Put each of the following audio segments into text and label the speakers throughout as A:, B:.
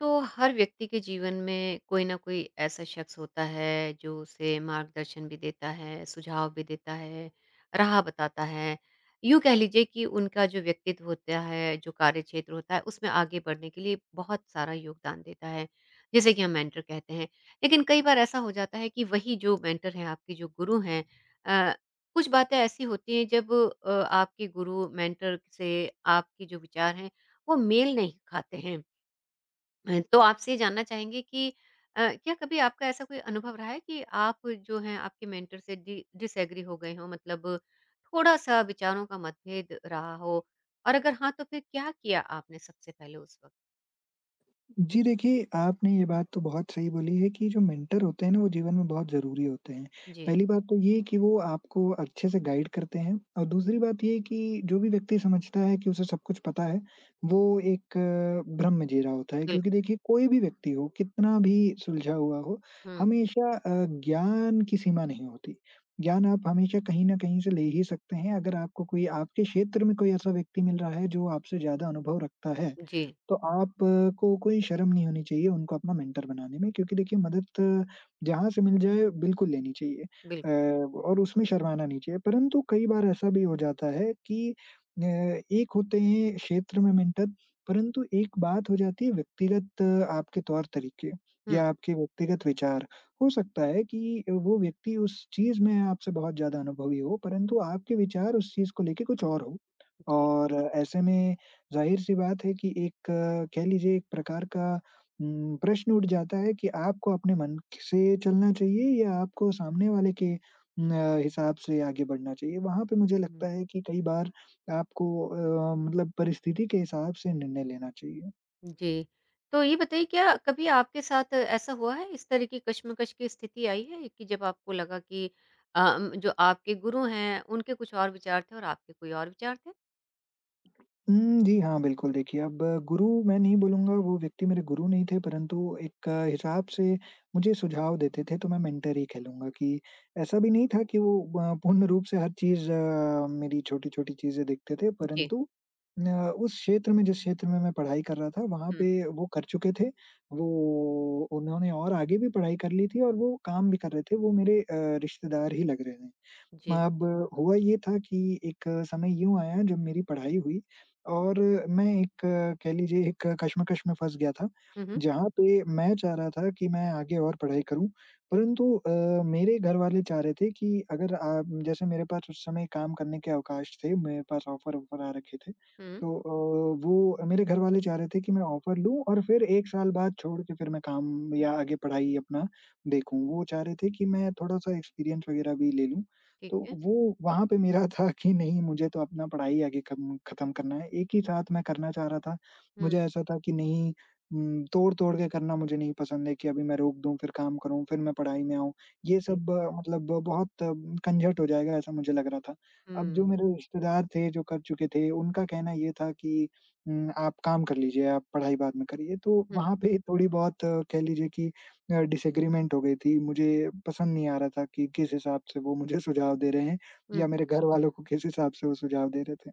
A: तो हर व्यक्ति के जीवन में कोई ना कोई ऐसा शख्स होता है जो उसे मार्गदर्शन भी देता है, सुझाव भी देता है, राह बताता है। यूँ कह लीजिए कि उनका जो व्यक्तित्व होता है, जो कार्यक्षेत्र होता है, उसमें आगे बढ़ने के लिए बहुत सारा योगदान देता है, जिसे कि हम मेंटर कहते हैं। लेकिन कई बार ऐसा हो जाता है कि वही जो मेंटर हैं, आपके जो गुरु हैं अ, कुछ बातें ऐसी होती हैं जब आपके गुरु, मेंटर से आपके जो विचार हैं, वो मेल नहीं खाते हैं। तो आपसे ये जानना चाहेंगे कि क्या कभी आपका ऐसा कोई अनुभव रहा है कि आप जो हैं आपके मेंटर से डि डिसएग्री हो गए हों मतलब थोड़ा-सा विचारों का मतभेद रहा हो? और अगर हाँ, तो फिर क्या किया आपने सबसे पहले उस वक़्त?
B: जी देखिए, आपने ये बात तो बहुत सही बोली है कि जो मेंटर होते हैं ना, वो जीवन में बहुत ज़रूरी होते हैं।
A: जी,
B: पहली बात तो ये कि वो आपको अच्छे से गाइड करते हैं और दूसरी बात ये कि जो भी व्यक्ति समझता है कि उसे सब कुछ पता है, वो एक भ्रम में जी रहा होता है क्योंकि
A: बिल्कुल।
B: देखिए कोई भी व्यक्ति हो, कितना भी सुलझा हुआ हो,
A: हुँ,
B: हमेशा ज्ञान की सीमा नहीं होती। ज्ञान आप हमेशा कहीं न कहीं से ले ही सकते हैं अगर आपको कोई आपके क्षेत्र में कोई ऐसा व्यक्ति मिल रहा है जो आपसे ज़्यादा अनुभव रखता है।
A: जी,
B: तो आपको कोई शर्म नहीं होनी चाहिए उनको अपना मेंटर बनाने में क्योंकि देखिए मदद जहाँ से मिल जाए बिल्कुल लेनी चाहिए
A: बिल्कुल।
B: और उसमें शर्माना नहीं चाहिए। परंतु कई बार ऐसा भी हो जाता है कि एक होते हैं क्षेत्र में मेंटर परंतु एक बात हो जाती है व्यक्तिगत आपके तौर-तरीके
A: हुँ,
B: या आपके व्यक्तिगत विचार। हो सकता है कि वो व्यक्ति उस चीज़ में आपसे बहुत ज़्यादा अनुभवी हो परंतु आपके विचार उस चीज़ को लेके कुछ और हो।
A: जी।
B: और ऐसे में ज़ाहिर-सी बात है कि एक कह लीजिए एक प्रकार का प्रश्न उठ जाता है कि आपको अपने मन से चलना चाहिए या आपको सामने वाले के हिसाब से आगे बढ़ना चाहिए। वहाँ पे मुझे
A: हुँ,
B: लगता है कि कई बार आपको मतलब परिस्थिति के हिसाब से निर्णय लेना चाहिए।
A: जी। तो ये बताइए क्या कभी आपके साथ ऐसा हुआ है, इस तरह की कशमकश की स्थिति आई है कि जब आपको लगा कि जो आपके गुरु हैं, उनके कुछ और विचार थे और आपके कोई और विचार थे?
B: हुँ, जी हाँ, बिल्कुल देखिए अब गुरु मैं नहीं बोलूँगा वो व्यक्ति मेरे गुरु नहीं थे परंतु एक हिसाब से मुझे सुझाव देते थे तो मैं मेंटर ही कहलूँगा कि ऐसा भी नहीं था कि वो पूर्ण रूप से हर चीज़ मेरी छोटी-छोटी चीज़ें देखते थे
A: जी।
B: परंतु अ, उस क्षेत्र में जिस क्षेत्र में मैं पढ़ाई कर रहा था वहाँ
A: हुँ,
B: पे वो कर चुके थे। वो उन्होंने और आगे भी पढ़ाई कर ली थी और वो काम भी कर रहे थे, वो मेरे रिश्तेदार ही लग रहे हैं।
A: जी।
B: अब हुआ ये था कि एक समय यूँ आया जब मेरी पढ़ाई हुई और मैं एक कह लीजिए एक कश्मकश में फँस गया था,
A: हुँ, हुँ।
B: जहाँ पे मैं चाह रहा था कि मैं आगे और पढ़ाई करूँ। परंतु मेरे घर वाले चाह रहे थे कि अगर आप जैसे मेरे पास उस समय काम करने के अवकाश थे, मेरे पास ऑफ़र-वॉफ़र आ रखे थे।
A: हुँ,
B: तो वो मेरे घर वाले चाह रहे थे कि मैं ऑफ़र लूँ और फिर 1 साल बाद छोड़ के फिर मैं काम या आगे पढ़ाई अपना देखूँ। वो चाह रहे थे कि मैं थोड़ा-सा एक्सपीरियंस वग़ैरह भी ले लूँ।
A: ठीक
B: तो
A: है।
B: वो वहाँ पे मेरा था कि नहीं मुझे तो अपना पढ़ाई आगे खम खत्म करना है। एक ही साथ मैं करना चाह रहा था। मुझे
A: हुँ,
B: ऐसा था कि नहीं तोड़-तोड़ के करना मुझे नहीं पसंद है कि अभी मैं रोक दूँ, फिर काम करूँ, फिर मैं पढ़ाई में आऊँ। ये
A: जी।
B: सब मतलब बहुत झंझट हो जाएगा ऐसा मुझे लग रहा था। अब जो
A: हुँ,
B: मेरे रिश्तेदार थे जो कर चुके थे, उनका कहना ये था कि आप काम कर लीजिए, आप पढ़ाई बाद में करिए। तो
A: हुँ,
B: वहाँ पे थोड़ी बहुत कह लीजिए कि डिसएग्रीमेंट हो गई थी। मुझे पसंद नहीं आ रहा था कि किस हिसाब से वो मुझे सुझाव दे रहे हैं
A: हुँ।
B: या मेरे घर वालों को किस हिसाब से वो सुझाव दे रहे थे।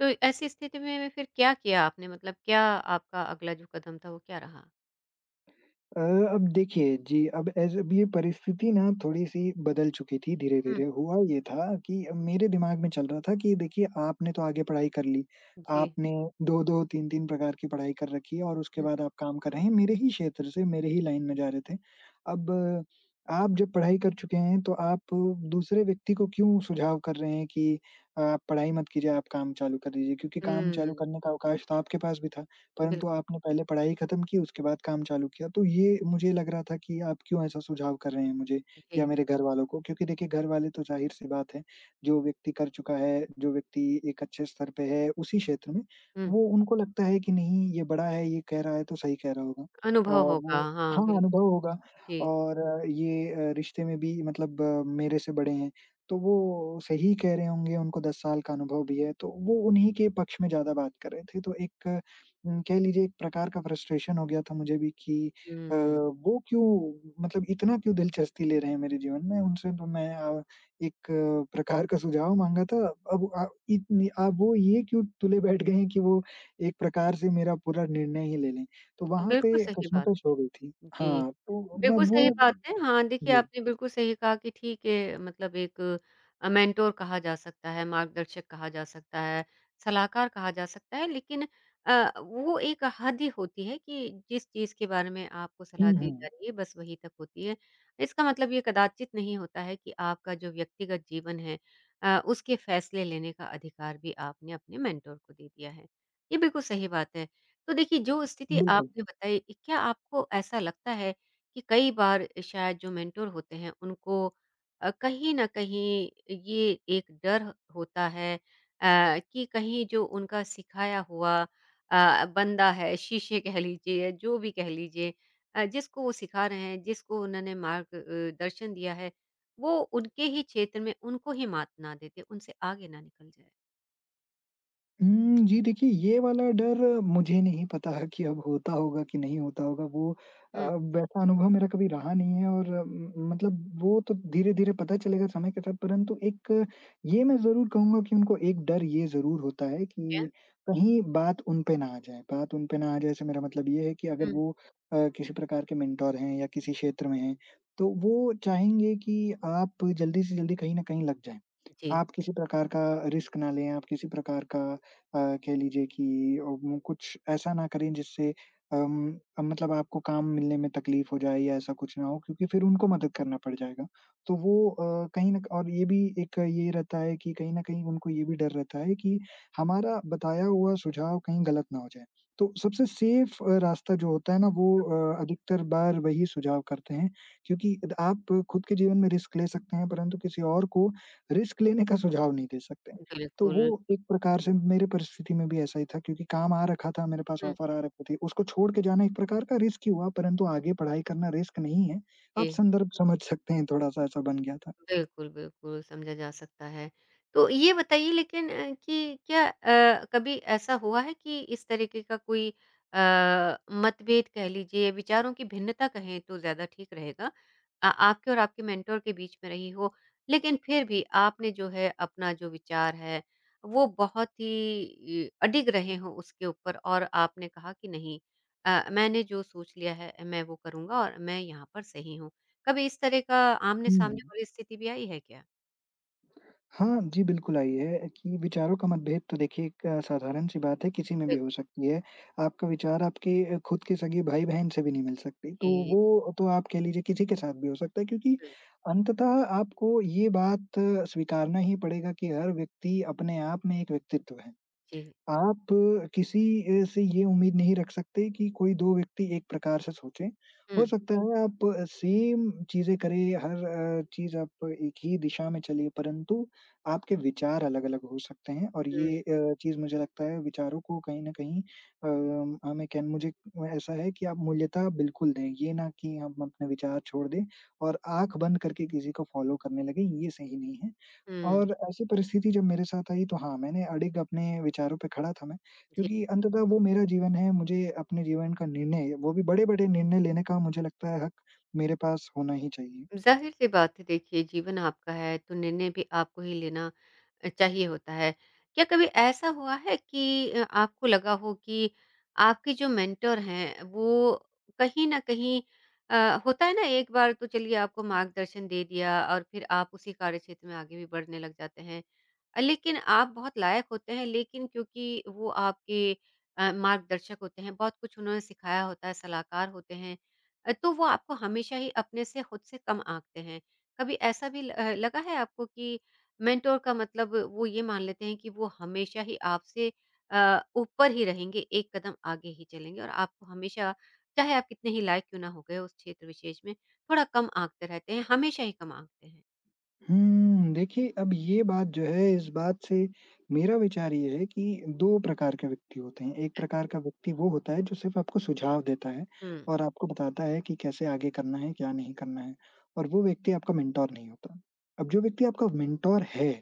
A: तो ऐसी स्थिति में फिर क्या किया आपने? मतलब क्या आपका अगला जो कदम था वो क्या रहा?
B: अ, अब देखिए जी, अब ऐसे अब ये परिस्थिति ना थोड़ी-सी बदल चुकी थी
A: हुँ,
B: धीरे-धीरे। हुआ ये था कि मेरे दिमाग में चल रहा था कि देखिए आपने तो आगे पढ़ाई कर ली,
A: जी।
B: आपने 2-2, 3-3 प्रकार की पढ़ाई कर रखी है और उसके
A: हुँ,
B: बाद आप काम कर रहे हैं मेरे ही क्षेत्र से, मेरे ही लाइन में जा रहे थे। अब आप जब पढ़ाई कर चुके हैं तो आप दूसरे व्यक्ति को क्यों सुझाव कर रहे हैं कि आप पढ़ाई मत कीजिए, आप काम चालू कर दीजिए क्योंकि काम चालू
A: हुँ,
B: करने का अवकाश तो आपके पास भी था। परंतु
A: बिल्कुल,
B: आपने पहले पढ़ाई खत्म की, उसके बाद काम चालू किया। तो ये मुझे लग रहा था कि आप क्यों ऐसा सुझाव कर रहे हैं मुझे या
A: जी।
B: मेरे घर वालों को? क्योंकि देखिए घर वाले तो ज़ाहिर-सी बात है, जो व्यक्ति कर चुका है, जो व्यक्ति एक अच्छे स्तर पे है उसी क्षेत्र में,
A: हुँ,
B: वो उनको लगता है कि नहीं ये बड़ा है, ये कह रहा है तो सही कह रहा होगा
A: अनुभव
B: और वो
A: होगा। हाँ,
B: हाँ, अनुभव
A: बिल्कुल।
B: होगा
A: जी,
B: और ये रिश्ते में भी मतलब मेरे से बड़े हैं, तो वो सही कह रहे होंगे, उनको 10 साल का अनुभव भी है, तो वो उन्हीं के पक्ष में ज़्यादा बात कर रहे थे। तो एक कह लीजिए एक प्रकार का फ्रस्ट्रेशन हो गया था मुझे भी कि
A: हुँ।
B: वो क्यों मतलब इतना क्यों दिलचस्पी ले रहे हैं मेरे जीवन में, उनसे तो मैं एक प्रकार का सुझाव माँगा था। अब इतनी अब वो ये क्यों तुले बैठ गए हैं कि वो एक प्रकार से मेरा पूरा निर्णय ही ले लें। तो वहाँ
A: बिल्कुल
B: पे
A: सही बात
B: कशमकश
A: है।
B: हो गई थी।
A: जी,
B: हाँ, तो मैं
A: बिल्कुल
B: वो
A: सही
B: हुँ।
A: बात है। हाँ, देखिए
B: जी।
A: आपने बिल्कुल सही कहा कि ठीक है मतलब एक मेंटर कहा जा सकता है, मार्गदर्शक कहा जा सकता है, सलाहकार कहा जा सकता है लेकिन वो एक हद ही होती है कि जिस चीज़ के बारे में आपको सलाह
B: हुँ,
A: दी जा
B: हुँ।
A: रही है बस वहीं तक होती है। इसका मतलब ये कदाचित नहीं होता है कि आपका जो व्यक्तिगत जीवन है उसके फैसले लेने का अधिकार भी आपने अपने मेंटर को दे दिया है। ये बिल्कुल सही बात है। तो देखिए जो स्थिति
B: बिल्कुल।
A: आपने बताई, क्या आपको ऐसा लगता है कि कई बार शायद जो मेंटर होते हैं उनको कहीं न कहीं ये एक डर होता है कि कहीं जो उनका सिखाया हुआ बंदा है, शीशे कह लीजिए, जो भी कह लीजिए जिसको वो सिखा रहे हैं, जिसको उन्होंने मार्ग अ, दर्शन दिया है, वो उनके ही क्षेत्र में उनको ही मात ना दे दे, उनसे आगे ना निकल जाए।
B: हुँ, जी देखिए, ये वाला डर मुझे नहीं पता है कि अब होता होगा कि नहीं होता होगा। वो अ,
A: हुँ,
B: वैसा अनुभव मेरा कभी रहा नहीं है और अ, म मतलब वो तो धीरे-धीरे पता चलेगा समय के साथ। परंतु एक ये मैं ज़रूर कहूँगा कि उनको एक डर ये ज़रूर होता है
A: ठीक है।
B: कि कहीं बात उन पे ना आ जाए। बात उन पे ना आ जाए इससे मेरा मतलब ये है कि अगर
A: हुँ,
B: वो किसी प्रकार के मेंटर हैं या किसी क्षेत्र में हैं, तो वो चाहेंगे कि आप जल्दी से जल्दी कहीं न कहीं लग जाएँ।
A: जी,
B: आप किसी प्रकार का रिस्क ना लें, आप किसी प्रकार का अ, कह लीजिए कि कुछ ऐसा ना करें जिससे अम, मतलब आपको काम मिलने में तकलीफ हो जाए या ऐसा कुछ ना हो क्योंकि फिर उनको मदद करना पड़ जाएगा। तो वो अ, कहीं न क और ये भी एक ये रहता है कि कहीं न कहीं उनको ये भी डर रहता है कि हमारा बताया हुआ सुझाव कहीं गलत ना हो जाए। तो सबसे सेफ रास्ता जो होता है ना वो अधिकतर बार वही सुझाव करते हैं क्योंकि द आप खुद के जीवन में रिस्क ले सकते हैं परंतु किसी और को रिस्क लेने का सुझाव नहीं दे सकते। तो वो
A: बिल्कुल।
B: एक प्रकार से मेरे परिस्थिति में भी ऐसा ही था क्योंकि काम आ रखा था, मेरे पास
A: हुँ,
B: ऑफ़र आ रखी थी। उसको छोड़ के जाना एक प्रकार का रिस्क ही हुआ, परंतु आगे पढ़ाई करना रिस्क नहीं है। आप
A: जी।
B: संदर्भ समझ सकते हैं थोड़ा-सा ऐसा बन गया था।
A: बिल्कुल, बिल्कुल, समझा जा सकता है। तो ये बताइए लेकिन कि क्या कभी ऐसा हुआ है कि इस तरीके का कोई अ, मतभेद कह लीजिए, विचारों की भिन्नता कहें तो ज़्यादा ठीक रहेगा। आपके और आपके मेंटर के बीच में रही हो, लेकिन फिर भी आपने जो है अपना जो विचार है, वो बहुत ही अडिग रहे हों उसके ऊपर और आपने कहा कि नहीं मैंने जो सोच लिया है, मैं वो करूँगा और मैं यहाँ पर सही हूँ। कभी इस तरह का
B: हुँ,
A: आमने-सामने
B: हुँ।
A: वाली स्थिति भी आई है क्या?
B: हाँ, जी, बिल्कुल आई है कि विचारों का मतभेद तो देखिए एक साधारण सी बात है, किसी में भी
A: बिल्कुल,
B: हो सकती है। आपका विचार आपके खुद के सगे भाई-बहन से भी नहीं मिल सकती, तो
A: जी।
B: वो तो आप कह लीजिए किसी के साथ भी हो सकता है क्योंकि
A: हुँ।
B: अंततः आपको ये बात स्वीकारना ही पड़ेगा कि हर व्यक्ति अपने आप में एक व्यक्तित्व है।
A: जी।
B: आप किसी से ये उम्मीद नहीं रख सकते कि कोई 2 व्यक्ति एक प्रकार से सोचें। हो
A: हुँ,
B: सकता है आप सेम चीज़ें करें, हर चीज़ आप एक ही दिशा में चलिए, परंतु आपके विचार अलग-अलग हो सकते हैं और
A: हुँ,
B: ये चीज़ मुझे लगता है विचारों को कहीं न कहीं अम, हमें कह मुझे ऐसा है कि आप मूल्यता बिल्कुल दें, ये ना कि हम अपने विचार छोड़ दें और आँख बंद करके किसी को फ़ॉलो करने लगें, ये सही नहीं है।
A: हुँ।
B: और ऐसी परिस्थिति जब मेरे साथ आई तो हाँ, मैंने अडिग अपने विचारों पे खड़ा था मैं,
A: जी,
B: क्योंकि अंततः वो मेरा जीवन है, मुझे अपने जीवन का निर्णय वो भी बड़े-बड़े निर्णय लेने का मुझे लगता है हक मेरे पास होना ही चाहिए।
A: ज़ाहिर-सी बात है देखिए जीवन आपका है तो निर्णय भी आपको ही लेना चाहिए होता है। क्या कभी ऐसा हुआ है कि आपको लगा हो कि आपके जो मेंटर हैं वो कहीं न कहीं होता है ना एक बार तो चलिए आपको मार्गदर्शन दे दिया और फिर आप उसी कार्यक्षेत्र में आगे भी बढ़ने लग जाते हैं। लेकिन आप बहुत लायक होते हैं, लेकिन क्योंकि वो आपके मार्गदर्शक होते हैं, बहुत कुछ उन्होंने सिखाया होता है, सलाहकार होते हैं तो वो आपको हमेशा ही अपने से खुद से कम आँकते हैं। कभी ऐसा भी लगा है आपको कि मेंटोर का मतलब वो ये मान लेते हैं कि वो हमेशा ही आपसे ऊपर ही रहेंगे, एक कदम आगे ही चलेंगे और आपको हमेशा चाहे आप कितने ही लायक क्यों ना हो गए उस क्षेत्र विशेष में, थोड़ा कम आँकते रहते हैं, हमेशा ही कम आँकते हैं?
B: हुँ, देखिए अब ये बात जो है इस बात से मेरा विचार ये है कि 2 प्रकार के व्यक्ति होते हैं। एक
A: अ
B: प्रकार का व्यक्ति वो होता है जो सिर्फ़ आपको सुझाव देता है
A: हुँ,
B: और आपको बताता है कि कैसे आगे करना है, क्या नहीं करना है और वो व्यक्ति आपका मेंटर नहीं होता। अब जो व्यक्ति आपका मेंटर है,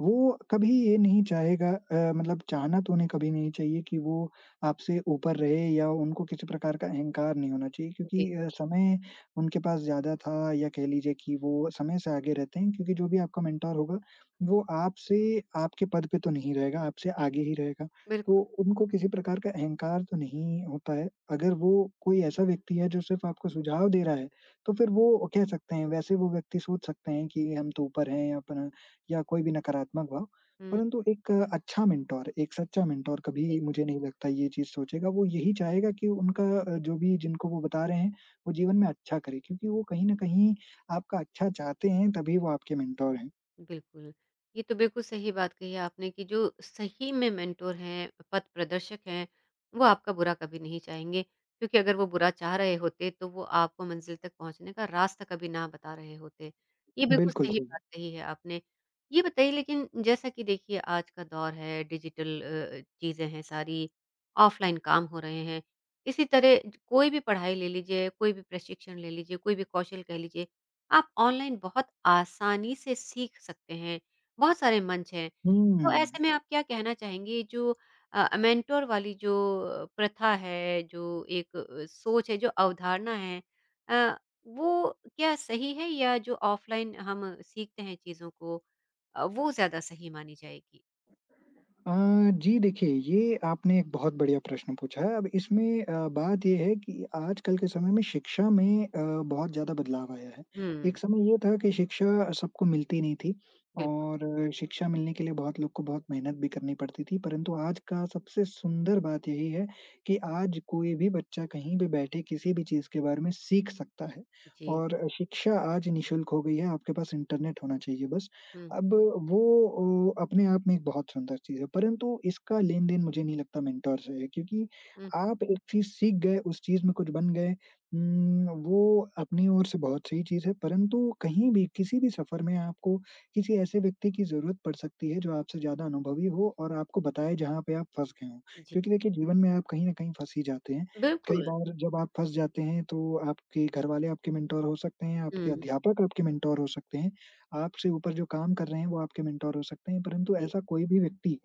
B: वो कभी ये नहीं चाहेगा मतलब चाहना तो उन्हें कभी नहीं चाहिए कि वो आपसे ऊपर रहे या उनको किसी प्रकार का अहंकार नहीं होना चाहिए क्योंकि
A: जी,
B: समय उनके पास ज़्यादा था या कह लीजिए कि वो समय से आगे रहते हैं क्योंकि जो भी आपका मेंटर होगा, वो आपसे आपके पद पे तो नहीं रहेगा, आपसे आगे ही रहेगा।
A: बिल्कुल।
B: तो उनको किसी प्रकार का अहंकार तो नहीं होता है। अगर वो कोई ऐसा व्यक्ति है जो सिर्फ़ आपको सुझाव दे रहा है, तो फिर वो कह सकते हैं वैसे वो व्यक्ति सोच सकते हैं कि हम तो ऊपर हैं या अपना या कोई भी नकारात्मक भाव।
A: हुँ,
B: परंतु एक अच्छा मेंटर, एक सच्चा मेंटर
A: जी।
B: कभी मुझे नहीं लगता ये चीज़ सोचेगा। वो यही चाहेगा कि उनका जो भी जिनको वो बता रहे हैं वो जीवन में अच्छा करे क्योंकि वो कहीं न कहीं आपका अच्छा चाहते हैं, तभी वो आपके मेंटर हैं।
A: बिल्कुल। ये तो बिल्कुल सही बात कही आपने कि जो सही में मेंटर हैं, पथ प्रदर्शक हैं, वो आपका बुरा कभी नहीं चाहेंगे। क्योंकि अगर वो बुरा चाह रहे होते, तो वो आपको मंज़िल तक पहुँचने का रास्ता कभी ना बता रहे होते। ये बिल्कुल
B: बिल्कुल
A: सही
B: सही।
A: बात कही है आपने। ये बताइए लेकिन जैसा कि देखिए आज का दौर है, डिजिटल चीज़ें हैं सारी, ऑफ़लाइन काम हो रहे हैं। इसी तरह ज कोई भी पढ़ाई ले लीजिए, कोई भी प्रशिक्षण ले लीजिए, कोई भी कौशल कह लीजिए, आप ऑनलाइन बहुत आसानी से सीख सकते हैं, बहुत सारे मंच हैं। तो
B: हुँ।
A: ऐसे में आप क्या कहना चाहेंगे जो मेंटर वाली जो प्रथा है, जो एक सोच है, जो अवधारणा है अ, वो क्या सही है या जो ऑफलाइन हम सीखते हैं चीज़ों को वो ज़्यादा सही मानी जाएगी?
B: अ, जी देखिए, ये आपने एक बहुत बढ़िया प्रश्न पूछा है। अब इसमें बात ये है कि आजकल के समय में शिक्षा में बहुत ज़्यादा बदलाव आया है। एक
A: हुँ,
B: समय ये था कि शिक्षा सबको मिलती नहीं थी
A: बिल्कुल।
B: और शिक्षा मिलने के लिए बहुत लोग को बहुत मेहनत भी करनी पड़ती थी, परंतु आज का सबसे सुंदर बात यही है कि आज कोई भी बच्चा कहीं भी बैठे किसी भी चीज़ के बारे में सीख सकता है
A: जी।
B: और शिक्षा आज निःशुल्क हो गई है, आपके पास इंटरनेट होना चाहिए बस।
A: हुँ,
B: अब वो अपने आप में एक बहुत सुंदर चीज़ है, परंतु इसका लेन-देन मुझे नहीं लगता मेंटर से है क्योंकि
A: हुँ,
B: आप एक चीज़ सीख गए, उस चीज़ में कुछ बन गए। वो अपनी ओर से बहुत सही चीज़ है, परंतु कहीं भी, किसी भी सफ़र में आपको किसी ऐसे व्यक्ति की ज़रूरत पड़ सकती है जो आपसे ज़्यादा अनुभवी हो और आपको बताए जहाँ पे आप फँस गए हों।
A: जी।
B: क्योंकि देखिए जीवन में आप कहीं न कहीं फँस ही जाते हैं। कई
A: बिल्कुल।
B: बार जब आप फँस जाते हैं तो आपके घरवाले आपके मेंटर हो सकते हैं, आपके
A: हुँ,
B: अध्यापक आपके मेंटर हो सकते हैं, आपसे ऊपर जो काम कर रहे हैं, वो आपके मेंटर हो सकते हैं, परंतु
A: जी,
B: ऐसा कोई भी व्यक्ति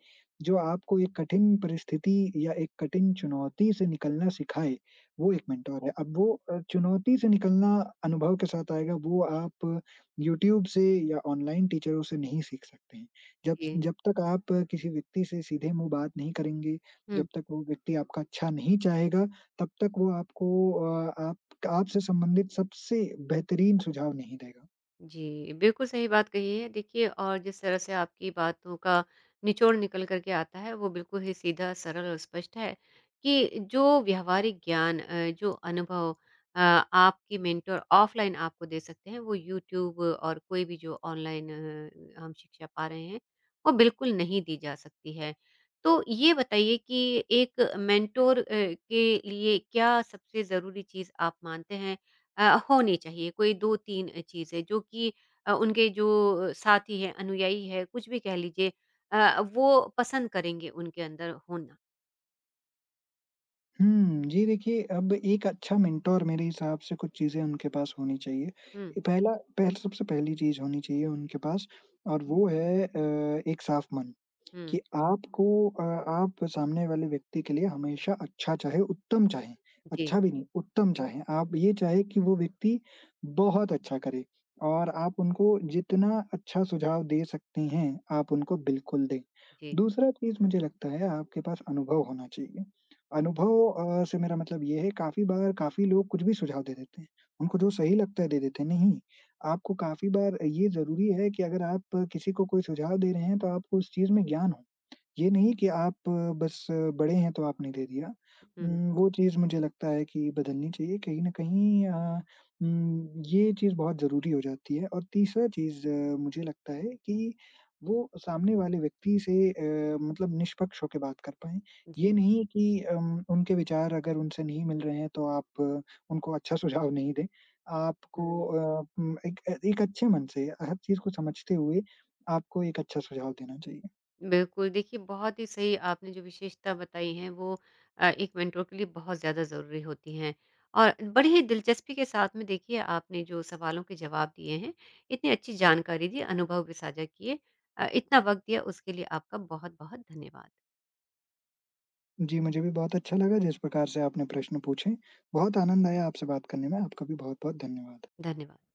B: जो आपको एक कठिन परिस्थिति या एक कठिन चुनौती से निकलना सिखाए, वो
A: हुँ,
B: एक मेंटर है। अब वो चुनौती से निकलना अनुभव के साथ आएगा, वो आप यूट्यूब से या ऑनलाइन टीचरों से नहीं सीख सकते हैं। जब
A: जी।
B: जब तक आप किसी व्यक्ति से सीधे मुँह बात नहीं करेंगे,
A: हुँ।
B: जब तक वो व्यक्ति आपका अच्छा नहीं चाहेगा, तब तक वो आपको अ, आप आपसे संबंधित सबसे बेहतरीन सुझाव नहीं देगा।
A: जी, बिल्कुल सही बात कही है। देखिए और जिस तरह से आपकी बातों का निचोड़ निकल कर के आता है, वो बिल्कुल ही सीधा, सरल और स्पष्ट है कि जो व्यावहारिक ज्ञान जो अनुभव आपकी मेंटर ऑफ़लाइन आपको दे सकते हैं, वो यूट्यूब और कोई भी जो ऑनलाइन हम शिक्षा पा रहे हैं, वो बिल्कुल नहीं दी जा सकती है। तो ये बताइए कि एक मेंटर के लिए क्या सबसे ज़रूरी चीज़ आप मानते हैं अ, होनी चाहिए कोई 2-3 चीज़ें जो कि उनके जो साथी हैं, अनुयायी हैं, कुछ भी कह लीजिए वो पसंद करेंगे उनके अंदर होना।
B: हुँ, जी देखिए, अब एक अच्छा मेंटर मेरे हिसाब से कुछ चीज़ें उनके पास होनी चाहिए।
A: हुँ,
B: ए पहला पहल सबसे पहली चीज़ होनी चाहिए उनके पास और वो है एक साफ मन।
A: हुँ।
B: कि आपको आप सामने वाले व्यक्ति के लिए हमेशा अच्छा चाहें, उत्तम चाहें,
A: जी।
B: अच्छा भी नहीं, उत्तम चाहें। आप
A: हुँ,
B: ये चाहें कि वो व्यक्ति बहुत अच्छा करे और आप उनको जितना अच्छा सुझाव दे सकते हैं, आप उनको बिल्कुल दें।
A: जी।
B: दूसरा चीज़ मुझे लगता है आपके पास अनुभव होना चाहिए। अनुभव से मेरा मतलब ये है काफ़ी बार काफ़ी लोग कुछ भी सुझाव दे देते हैं। उनको जो सही लगता है दे देते हैं, नहीं, आपको काफ़ी बार ये ज़रूरी है कि अगर आप किसी को कोई सुझाव दे रहे हैं तो आपको उस चीज़ में ज्ञान हो। ये नहीं कि आप बड़े हैं तो आपने दे दिया।
A: हुँ, हुँ,
B: वो चीज़ मुझे लगता है कि बदलनी चाहिए कहीं न कहीं ये चीज़ बहुत ज़रूरी हो जाती है और तीसरा चीज़ मुझे लगता है कि वो सामने वाले व्यक्ति से मतलब निष्पक्ष होके बात कर पाएँ। ये
A: जी।
B: नहीं कि उनके विचार अगर उनसे नहीं मिल रहे हैं तो आप उनको अच्छा सुझाव नहीं दें। आपको
A: हुँ।
B: एक एक अच्छे मन से हर चीज़ को समझते हुए आपको एक अच्छा सुझाव देना चाहिए।
A: बिल्कुल, देखिए बहुत ही सही आपने जो विशेषता बताई है वो एक मेंटर के लिए बहुत ज़्यादा ज़रूरी होती हैं। और बड़ी ही दिलचस्पी के साथ में देखिए आपने जो सवालों के जवाब दिए हैं, इतनी अच्छी जानकारी दी, अनुभव भी साझा किए। इतना वक़्त दिया उसके लिए आपका बहुत-बहुत धन्यवाद।
B: जी, मुझे भी बहुत अच्छा लगा जिस प्रकार से आपने प्रश्न पूछे। बहुत आनंद आया आपसे बात करने में। आपका भी बहुत-बहुत धन्यवाद।
A: धन्यवाद।